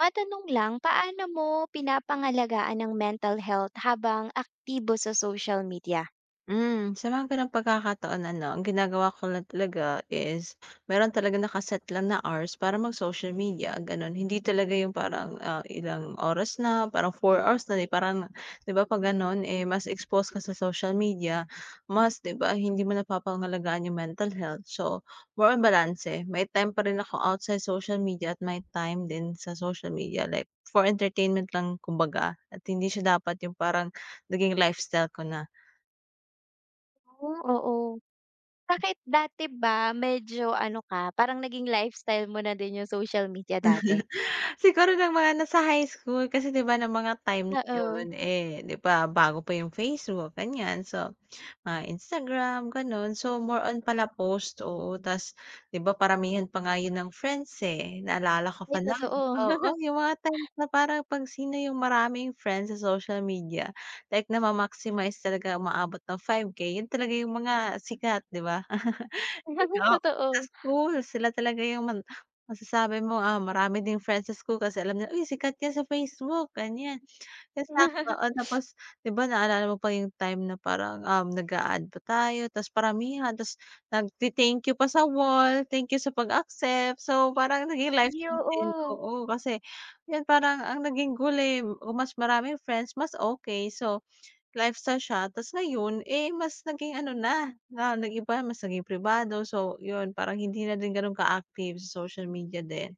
Matanong lang, paano mo pinapangalagaan ang mental health habang aktibo sa social media? Sa mga gano'ng pagkakataon ano, ang ginagawa ko lang talaga is meron talaga naka-set lang na hours para mag-social media, gano'n. Hindi talaga yung parang, ilang oras na, parang 4 hours na, di parang 'di ba 'pag gano'n, eh, mas exposed ka sa social media, mas 'di ba hindi mo napapangalagaan yung mental health. So, more on balanse. May time pa rin ako outside social media at may time din sa social media, like for entertainment lang kumbaga at hindi siya dapat yung parang naging lifestyle ko na. Oo, oo. Bakit dati ba medyo ano ka, parang naging lifestyle mo na din yung social media dati? Siguro ng mga nasa high school kasi 'di ba ng mga time na Oo. yun, eh, 'di ba bago pa yung Facebook ganyan, so, Instagram gano'n. So, more on pala post, oo, tas 'di ba paramihan pa nga yun ng friends, eh, naalala ko Ay, pa nun, totoo. oo, yung mga times na parang 'pag sino yung maraming friends sa social media, like na ma maximize talaga umaabot ng 5K yun talaga yung mga sikat, 'di ba? Oo, sa Totoo. school sila talaga yung masasabi mo, marami ding friends sa school kasi alam nila, "Uy, sikat yan sa Facebook," ganyan. Tapos ako oo, tapos 'di ba naalala mo pa yung time na parang, nag-a-add pa tayo tapos paramihan tapos nagte-thank you pa sa wall, thank you sa pag-accept. So, parang naging life Ay, natin oo. oo, kasi yun parang ang naging goal, eh, kung mas maraming friends mas okey. So, lifestyle siya ta's ngayon, eh, mas naging ano na, na nag-iba mas naging pribado. So, yun parang hindi na din gano'n ka-active sa social media din.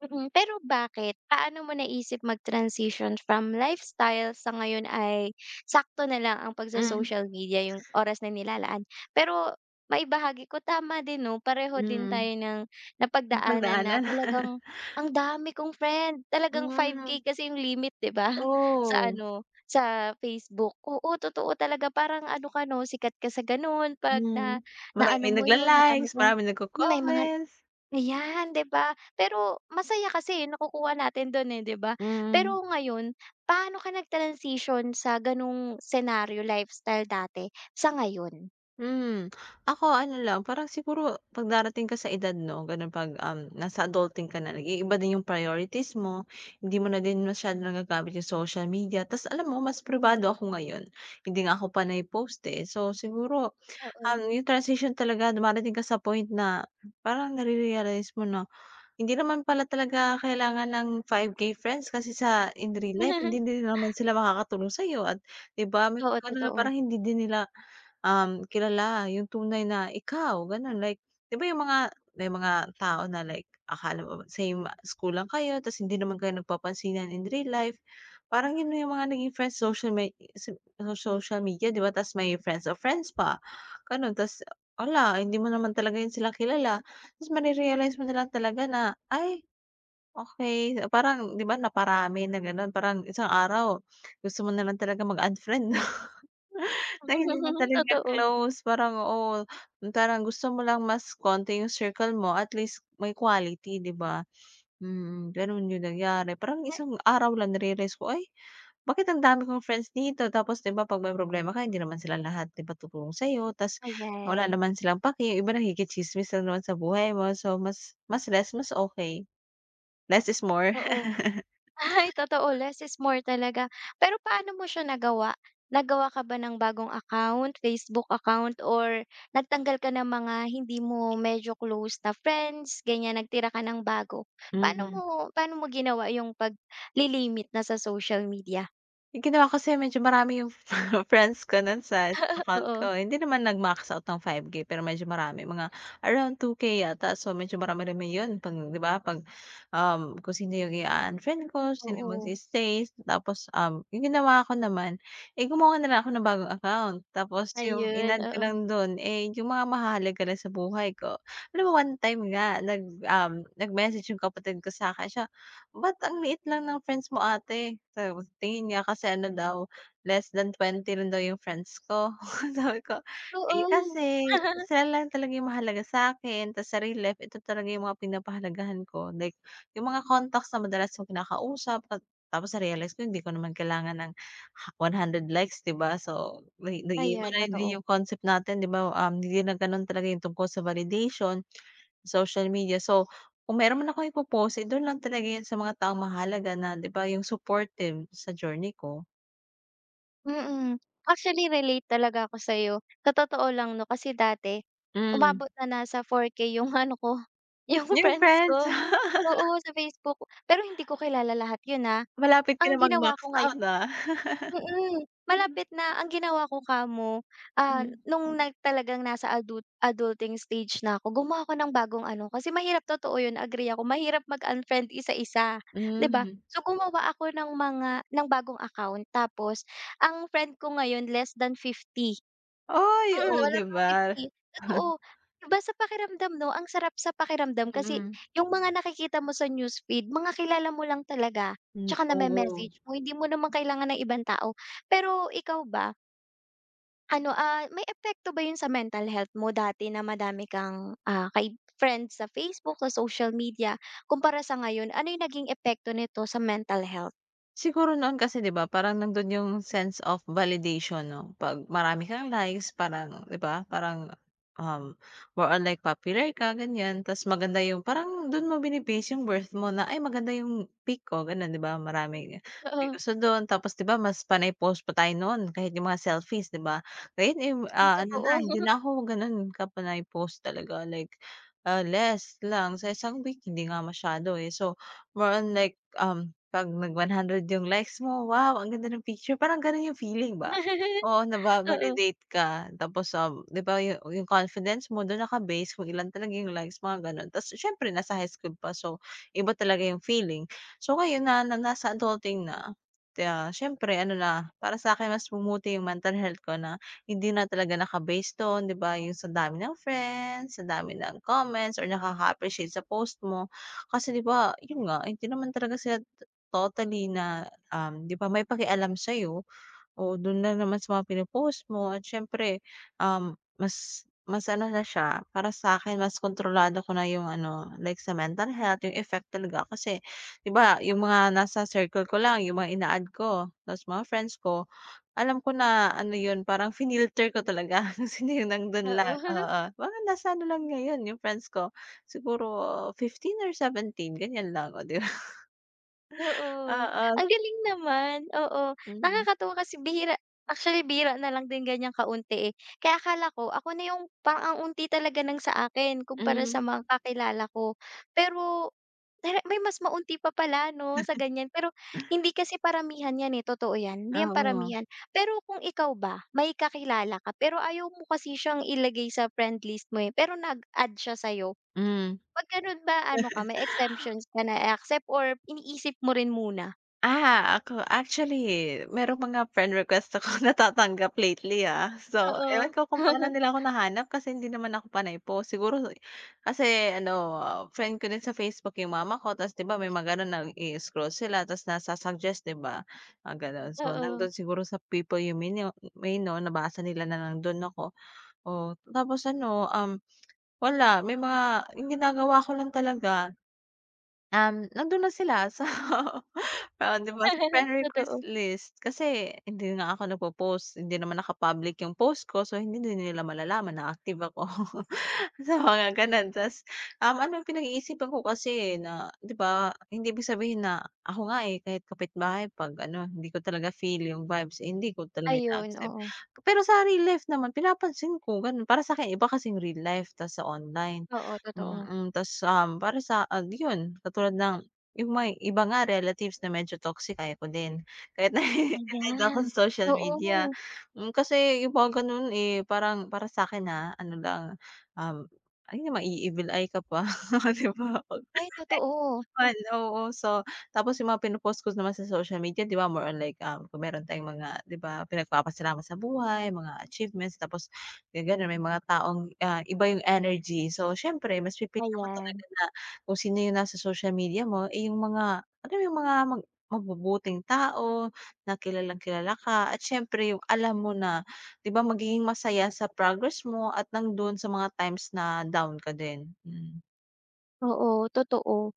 Mm, pero bakit? Paano mo naisip mag-transition from lifestyle sa ngayon ay sakto na lang ang Hmm, pagso-social media yung oras na nilalaan? Pero maibahagi ko, tama din 'no, pareho din hmm. tayo ng napagdaanan na Napagdaanan. talagang ang dami kong friend, talagang five Hmm. k kasi yung limit 'di ba, sa Oo. ano, sa Facebook. Oo, totoo talaga parang ano ka 'no, sikat ka sa gano'n 'pag Hmm. na na ano Maraming mo 'yun, madami nagla-likes, kong maraming may mga nagco-comments. ayan, 'di ba? Pero masaya kasi yung nakukuha natin dun, eh, 'di ba? Pero Hmm. ngayon, paano ka nag-transition sa ganung scenario lifestyle dati sa ngayon? Hmm, ako ano lang parang siguro 'pag darating ka sa edad 'no, gano'n 'pag, nasa adulting ka na nag-iiba din yung priorities mo, hindi mo na din masyado nagagamit yung social media. Tapos alam mo mas privado ako ngayon, hindi nga ako panay post, eh. So siguro, Oo. yung transition talaga dumarating ka sa point na parang nare-realize mo na hindi naman pala talaga kailangan ng 5K friends kasi sa in real life hindi din naman sila makakatulong sa'yo at 'di ba may Oo, pag-ano na totoo. parang hindi din nila, kilala yung tunay na ikaw gano'n like 'di ba yung mga may mga tao na like akala mo same school lang kayo ta's hindi naman kayo nagpapansinan in real life, parang yun na yung mga naging friends social me sa social media 'di ba ta's may friends of friends pa, gano'n ta's hala hindi mo naman talaga yun sila kilala. Tapos mare-realize mo na lang talaga na, "Ay, okey." Parang 'di ba naparami na gano'n, parang isang araw gusto mo na lang talaga mag-unfriend 'no, na hindi mo talaga Totoo. close. Parang oo, parang gusto mo lang mas konti yung circle mo, at least may quality 'di ba? Gano'n yung nangyari. Parang isang araw lang narealize ko, "Ay bakit ang dami kong friends dito tapos 'di ba 'pag may problema ka hindi naman sila lahat 'di ba tutulong sa'yo tas Ayan. wala naman silang paki, yung iba nakikitsismis lang naman sa buhay mo so mas mas less mas okey, less is more. Oo. Ay, totoo, less is more talaga. Pero paano mo siya nagawa? Nagawa ka ba ng bagong account, Facebook account or nagtanggal ka ng mga hindi mo medyo close na friends, ganyan, nagtira ka ng bago? Paano Mm. mo paano mo ginawa yung paglilimit na sa social media? Yung ginawa ko kasi medyo marami yung friends ko nun sa account Oo, ko, hindi naman nag-max out ng 5K pero medyo marami mga around 2K yata. So, medyo marami rami yun 'pag 'di ba 'pag, kung sino yung i unfriend ko, sino yung oo. magsi-stay tapos, yung ginawa ko naman, eh, gumawa na lang ako ng bagong account. Tapos yung Ayun, in-add ko oo. lang dun, eh, yung mga mahahalaga lang sa buhay ko. Alam mo one time nga nag-message yung kapatid ko sa'kin siya, Ba't ang liit lang ng friends mo ate? Tapos tingin niya kasi ano daw, less than 20 lang daw yung friends ko. Sabi ko, eh, Oo. kasi sila lang talaga yung mahalaga sa'kin tas sa real life ito talaga yung mga pinapahalagahan ko. Like yung mga contacts na madalas kong kinakausap at tapos na-realize ko hindi ko naman kailangan ng 100 likes 'di ba? So nag-iiba Ayan, na din totoo. yung concept natin 'di ba, hindi na gano'n talaga yung tungkol sa validation. Social media. So, kung meron man akong ipo eh, dun lang talaga yan sa mga taong mahalaga na 'di ba yung supportive sa journey ko. Mm. Actually, relate talaga ako sa'yo. Sa totoo lang 'no, kasi dati Hmm, umabot na nasa 4K yung ano ko, yung yung friends friends. ko. Oo, sa Facebook. Pero hindi ko kilala lahat yun, ah. Malapit ka Ang na mag-max ginawa ko ngayon. out, ah. Mm, malapit na. Ang ginawa ko kamo, ah, Mm. nung talagang nasa adulting stage na ako, gumawa ako ng bagong ano, kasi mahirap, totoo yun, agree ako, mahirap mag-unfriend isa-isa, 'di ba? Hmm. So, gumawa ako ng mga bagong account tapos ang friend ko ngayon less than 50. Uy, Mm, oh, wala 'di pang ba? 50, totoo. Iba sa pakiramdam 'no, ang sarap sa pakiramdam kasi Mm. yung mga nakikita mo sa newsfeed, mga kilala mo lang talaga, Hmm, tsaka oo. name-message mo, hindi mo naman kailangan ng ibang tao. Pero ikaw ba, ano, ah, may epekto ba yun sa mental health mo dati na madami kang, ah, kay friends sa Facebook, sa social media, kumpara sa ngayon, ano yung naging epekto nito sa mental health? Siguro noon kasi 'di ba parang nandun yung sense of validation 'no, 'pag marami kang likes parang 'di ba parang, um, more on like popular ka ganyan tas maganda yung parang dun mo bini-base yung worth mo na, "Ay maganda yung pic ko," ganun 'di ba maraming may Oo, gusto dun tapos 'di ba mas panay post pa tayo noon kahit yung mga selfies 'di ba? Ngayon, eh, yung ano na totoo. hindi na ako ganun kapanay post talaga like, less lang sa isang week hindi nga masyado, eh. So, more on like, 'Pag nag 100 yung likes mo, "Wow, ang ganda ng picture." Parang gano'n yung feeling ba? Oo, Oo, naba-validate ka tapos, 'di ba yung confidence mo do'n naka-base kung ilan talaga yung likes, mga gano'n. Ta's siyempre nasa high school pa, so iba talaga yung feeling. So ngayon na na nasa adulting na, siyempre ano na, para sa'kin mas bumuti yung mental health ko na hindi na talaga naka-base do'n, 'di ba, yung sa dami ng friends, sa dami ng comments or nakaka-appreciate sa post mo. Kasi 'di ba, yun nga, hindi naman talaga sila totally na, 'di ba, may pakialam sa'yo o do'n na naman sa mga pino mo at siyempre, mas mas ano na siya, para sa akin mas kontrolado ko na yung ano, like sa mental health, yung effect talaga kasi 'di ba, yung mga nasa circle ko lang, yung mga ina-add ko, tapos mga friends ko, alam ko na ano yun, parang finilter ko talaga kasi hindi yung nando'n lang, oo. oo. Mga nasa ano lang ngayon yung friends ko, siguro 15 or 17 ganyan lang, oh, 'di ba? Oo, Oo, ang galing naman, oo. mm. Nakakatuwa kasi bihira actually bihira na lang din ganyan kaunti, eh. Kaya akala ko ako na yung parang ang unti talaga ng sa akin kumpara Hmm, sa mga kakilala ko. Pero dahil may mas maunti pa pala 'no, sa ganyan. Pero hindi kasi paramihan 'yan, eh, totoo 'yan, hindi 'yan oo, paramihan. Pero kung ikaw ba, may kakilala ka pero ayaw mo kasi siyang ilagay sa friend list mo, eh, pero nag-add siya sa'yo, hmm. 'pag gano'n ba ano ka, may exemptions ka na i-accept or iniisip mo rin muna? Ako actually merong mga friend request ako natatanggap lately, ah. So, Oo. ewan ko kung paano nila ako nahanap kasi hindi naman ako panay post. Siguro kasi ano, friend ko din sa Facebook yung mama ko tapos 'di ba may mga gano'n nag-i-scroll sila tapos nasa-suggest 'di ba, mga gano'n. So, Oo. nando'n siguro sa people you may know nabasa nila na nando'n ako. Oh, tapos ano, wala may mga yung ginagawa ko lang talaga. Nandun na sila so parang 'di ba, sa friend request Totoo. list kasi hindi na ako nagpo-post, hindi naman naka-public yung post ko so hindi din nila malalaman na active ako. Sa mga gano'n ta's, ano pinag-iisipan ko kasi, eh, na 'di ba hindi ibig sabihin na ako nga, eh, kahit kapitbahay 'pag ano hindi ko talaga feel yung vibes, eh, hindi ko talaga Ayun, ina-accept. oo. Pero sa real life naman pinapansin ko gano'n, para sa akin iba kasing real life ta's sa online. Oo, totoo. Ta's, para sa yun katulad ng yung may iba nga relatives na medyo toxic ayaw ko din. Kahit na relate Ayan. ako sa social media. Oo. Kasi yung mga gano'n, eh, parang para sa akin ha, ano lang, um, ay, na mai-evil eye ka pa, 'di ba? Ay, totoo. Naman, oo. So, tapos yung mga pino-post ko naman sa social media 'di ba more on like, kung meron tayong mga 'di ba pinagpapasalamat sa buhay, mga achievements tapos gano'n may mga taong, iba yung energy. So, siyempre mas pipilian mo talaga Ayan. na kung sino yung nasa social media mo, eh, yung mga ano yung mga mabubuting tao na kilalang-kilala ka at siyempre yung alam mo na 'di ba magiging masaya sa progress mo at nang doon sa mga times na down ka din. Hmm. Oo, totoo.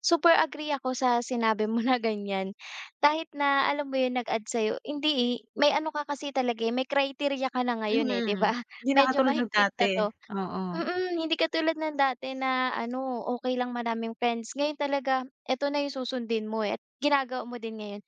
Super agree ako sa sinabi mo na ganyan. Kahit na alam mo yun nag-add sa'yo, hindi, eh, may ano ka kasi talaga, eh, may criteria ka na ngayon, eh, 'di ba? Mhm. Hindi na Medyo katulad ng mahigpit na dati, 'to. oo. Mm, hindi katulad ng dati na ano, okey lang maraming friends. Ngayon talaga eto na yung susundin mo, eh, at ginagawa mo din ngayon.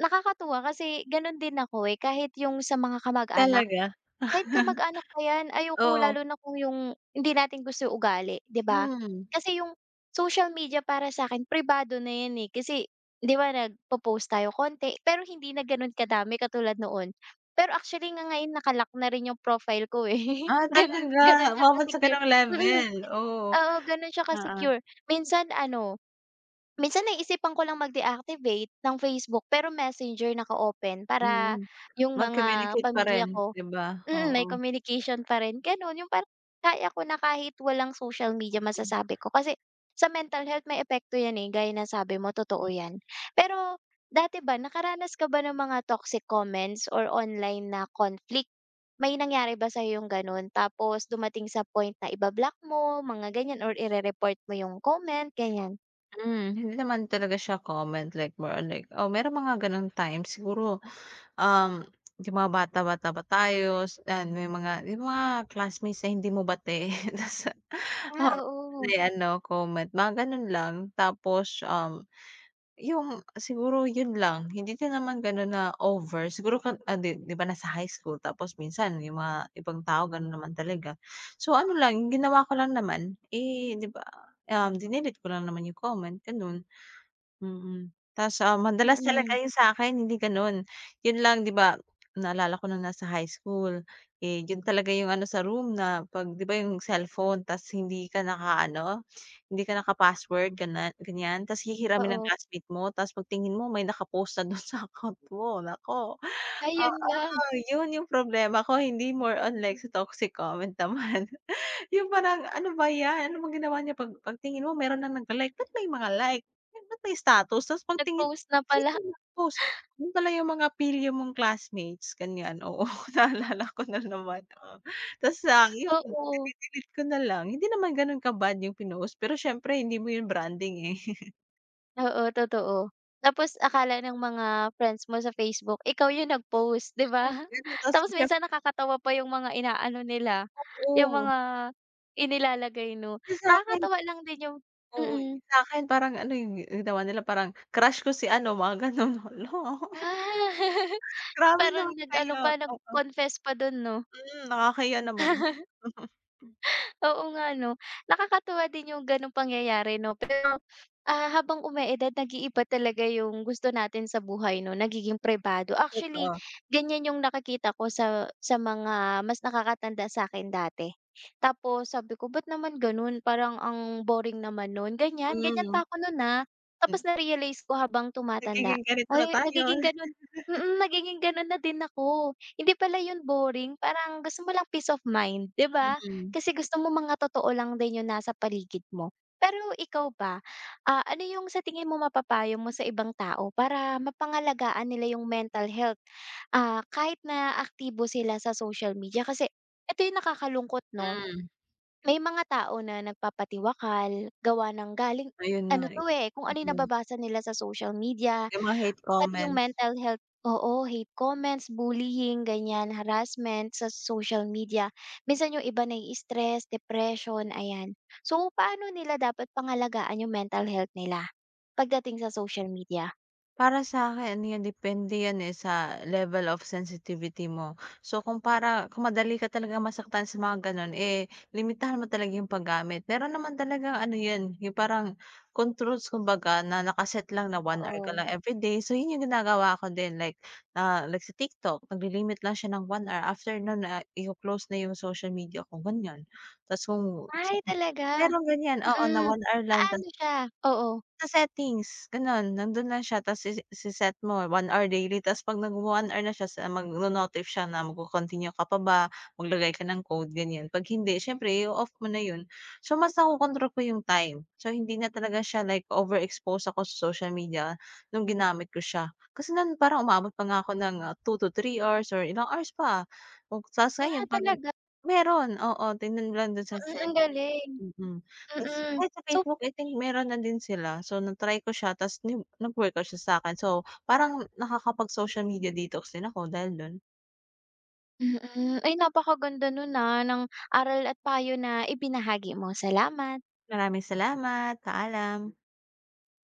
Nakakatuwa kasi gano'n din ako, eh, kahit yung sa mga kamag-anak. Talaga? Kahit kamag-anak pa 'yan, ayoko Oo, lalo na kung yung hindi natin gusto yung ugali, 'di ba? hmm. Kasi yung social media para sa'kin pribado na 'yan, eh, kasi 'di ba nagpo-post tayo konti, pero hindi na gano'n kadami katulad noon. Pero actually nga ngayon naka-lock na rin yung profile ko, eh, Ah, gano'n gano'n talaga? siya Umabot sa ka-secure, gano'ng mm. level, oo, Oo, gano'n siya oo. ka-secure. Minsan ano, minsan naisipan ko lang mag-deactivate ng Facebook pero Messenger naka-open para Mhm. yung mga Mag-communicate pa rin, pamilya ko. 'di ba? Mm, Oo. may communication pa rin gano'n yung parang kaya ko na kahit walang social media Hmm. masasabi ko kasi sa mental health may epekto 'yan, eh, gaya na sabi mo totoo 'yan. Pero dati ba nakaranas ka ba ng mga toxic comments or online na conflict? May nangyari ba sa'yo yung gano'n tapos dumating sa point na iba-block mo mga ganyan or ire-report mo yung comment ganyan? Hindi naman talaga siya common, like more on like merong mga gano'ng times siguro, um, yung mga bata-bata pa tayo and may mga yung mga classmates na hindi mo bate tas Ah, oo, oo, may ano, comment, mga gano'n lang. Tapos, Yung siguro yun lang, hindi din naman gano'n na over, siguro 'di ba nasa high school tapos minsan yung mga ibang tao gano'n naman talaga. So ano lang, yung ginawa ko lang naman, eh, 'di ba, dinelete ko lang naman yung comment, gano'n. Mm. Tas, madalas talaga mm, yun sa'kin hindi gano'n. Yun lang 'di ba, naalala ko nung nasa high school, eh, yun talaga yung ano sa room na 'pag 'di ba yung cellphone tas hindi ka nakaano, hindi ka naka-password ganyan, tas hihiramin ng oo. classmate mo tas pagtingin mo may naka-post na dun sa account mo, naku. Ayun Oo, lang, yun yung problema ko hindi more on like sa toxic comment naman. Yung parang, "Ano ba 'yan? Ano bang ginawa niya?" 'Pag pagtingin mo meron ng nagla-like, ba't may mga like? Eh, ba't may status? Tapos pagtingin mo, nag-post na sino pala, yung nag-post? Yun pala yung mga pilya mong classmates, ganyan. Oo, naalala ko na naman, oo. Tapos, yun, oo. dinelete ko na lang. Hindi naman ganun ka-bad yung pinost, pero siyempre hindi mo yun branding, eh. Oo, totoo. Tapos akala ng mga friends mo sa Facebook ikaw yung nag-post, 'di ba? Hmm. Ganun, tapos Tapos minsan siyempre nakakatawa pa yung mga inaano nila, yung oo. mga inilalagay, 'no? Kasi sa'kin Nakakatuwa lang din yung oo, mm. sa'kin parang ano yung ginawa nila, parang crush ko si ano, mga ganun. Hala, grabe Parang naman nag-ano kayo, pa, nag-confess pa dun, 'no? Nakakahiya naman. Oo nga 'no, nakakatuwa din yung gano'ng pangyayari 'no, pero, ah, habang umeedad nag-iiba talaga yung gusto natin sa buhay 'no, nagiging pribado. Actually, Totoo, ganyan yung nakakita ko sa mga mas nakakatanda sa akin dati. Tapos sabi ko, "Ba't naman gano'n, parang ang boring naman no'n." Ganyan, ganyan hmm. pa ako nun na tapos na-realize ko habang tumatanda, Nagiging ganito na ay tayo. nagiging gano'n, nagiging gano'n na din ako. Hindi pala 'yun boring, parang gusto mo lang peace of mind, 'di ba? Mm, Kasi gusto mo mga totoo lang din yung nasa paligid mo. Pero ikaw ba, ah, ano yung sa tingin mo mapapayo mo sa ibang tao para mapangalagaan nila yung mental health, ah, kahit na aktibo sila sa social media? Kasi ito yung nakakalungkot 'no, hmm, may mga tao na nagpapatiwakal, gawa ng galing ayun na ano eh, 'to, eh, kung ano yung nababasa nila sa social media, yung mga hate pati yung comments. mental health, oo, hate comments, bullying, ganyan, harassment sa social media. Minsan yung iba nai-stress, depression, ayan. So, paano nila dapat pangalagaan yung mental health nila pagdating sa social media? Para sa akin 'yan, depende 'yan, eh, sa level of sensitivity mo. So, kung madali ka talaga masaktan sa mga gano'n, eh, limitahan mo talaga yung paggamit. Meron naman talaga ano 'yan, yung parang controls kumbaga na nakaset lang na 1 hour ka Oo. lang everyday. So, yun yung ginagawa ko din like, like sa TikTok nagli lang siya ng 1 hour, after no'n, iko-close na yung social media ko, ganyan. Tapos kung gusto Ay, ko talaga? merong ganyan, oo, na Mm. 1 hour lang. Tas Paano siya? Oo. sa settings, gano'n. Nandun lang siya tapos ise-set mo 1 hour daily tapos 'pag nag-1 hour na siya sa magno-notif siya na magko-continue ka pa ba, maglagay ka ng code, ganyan. 'Pag hindi, syempre i off mo na 'yun. So, mas nakokontrol ko yung time. So, hindi na talaga siya like overexpose ako sa social media nung ginamit ko siya. Kasi no'n parang umabot pa nga ako ng, 2 to 3 hours or ilang hours pa. O tapos Ah, ngayon 'pag talaga? meron, oo, tingnan mo lang do'n sa Mm, ang galing. Mm. Tas Mm. kahit sa So Facebook I think meron na din sila. So na-try ko siya tas nag-workout siya sa'kin. So parang nakakapag-social media detox din ako dahil dun. mm. Ay, napakaganda nun, na ng aral at payo na ibinahagi mo. Salamat. Maraming salamat, paalam.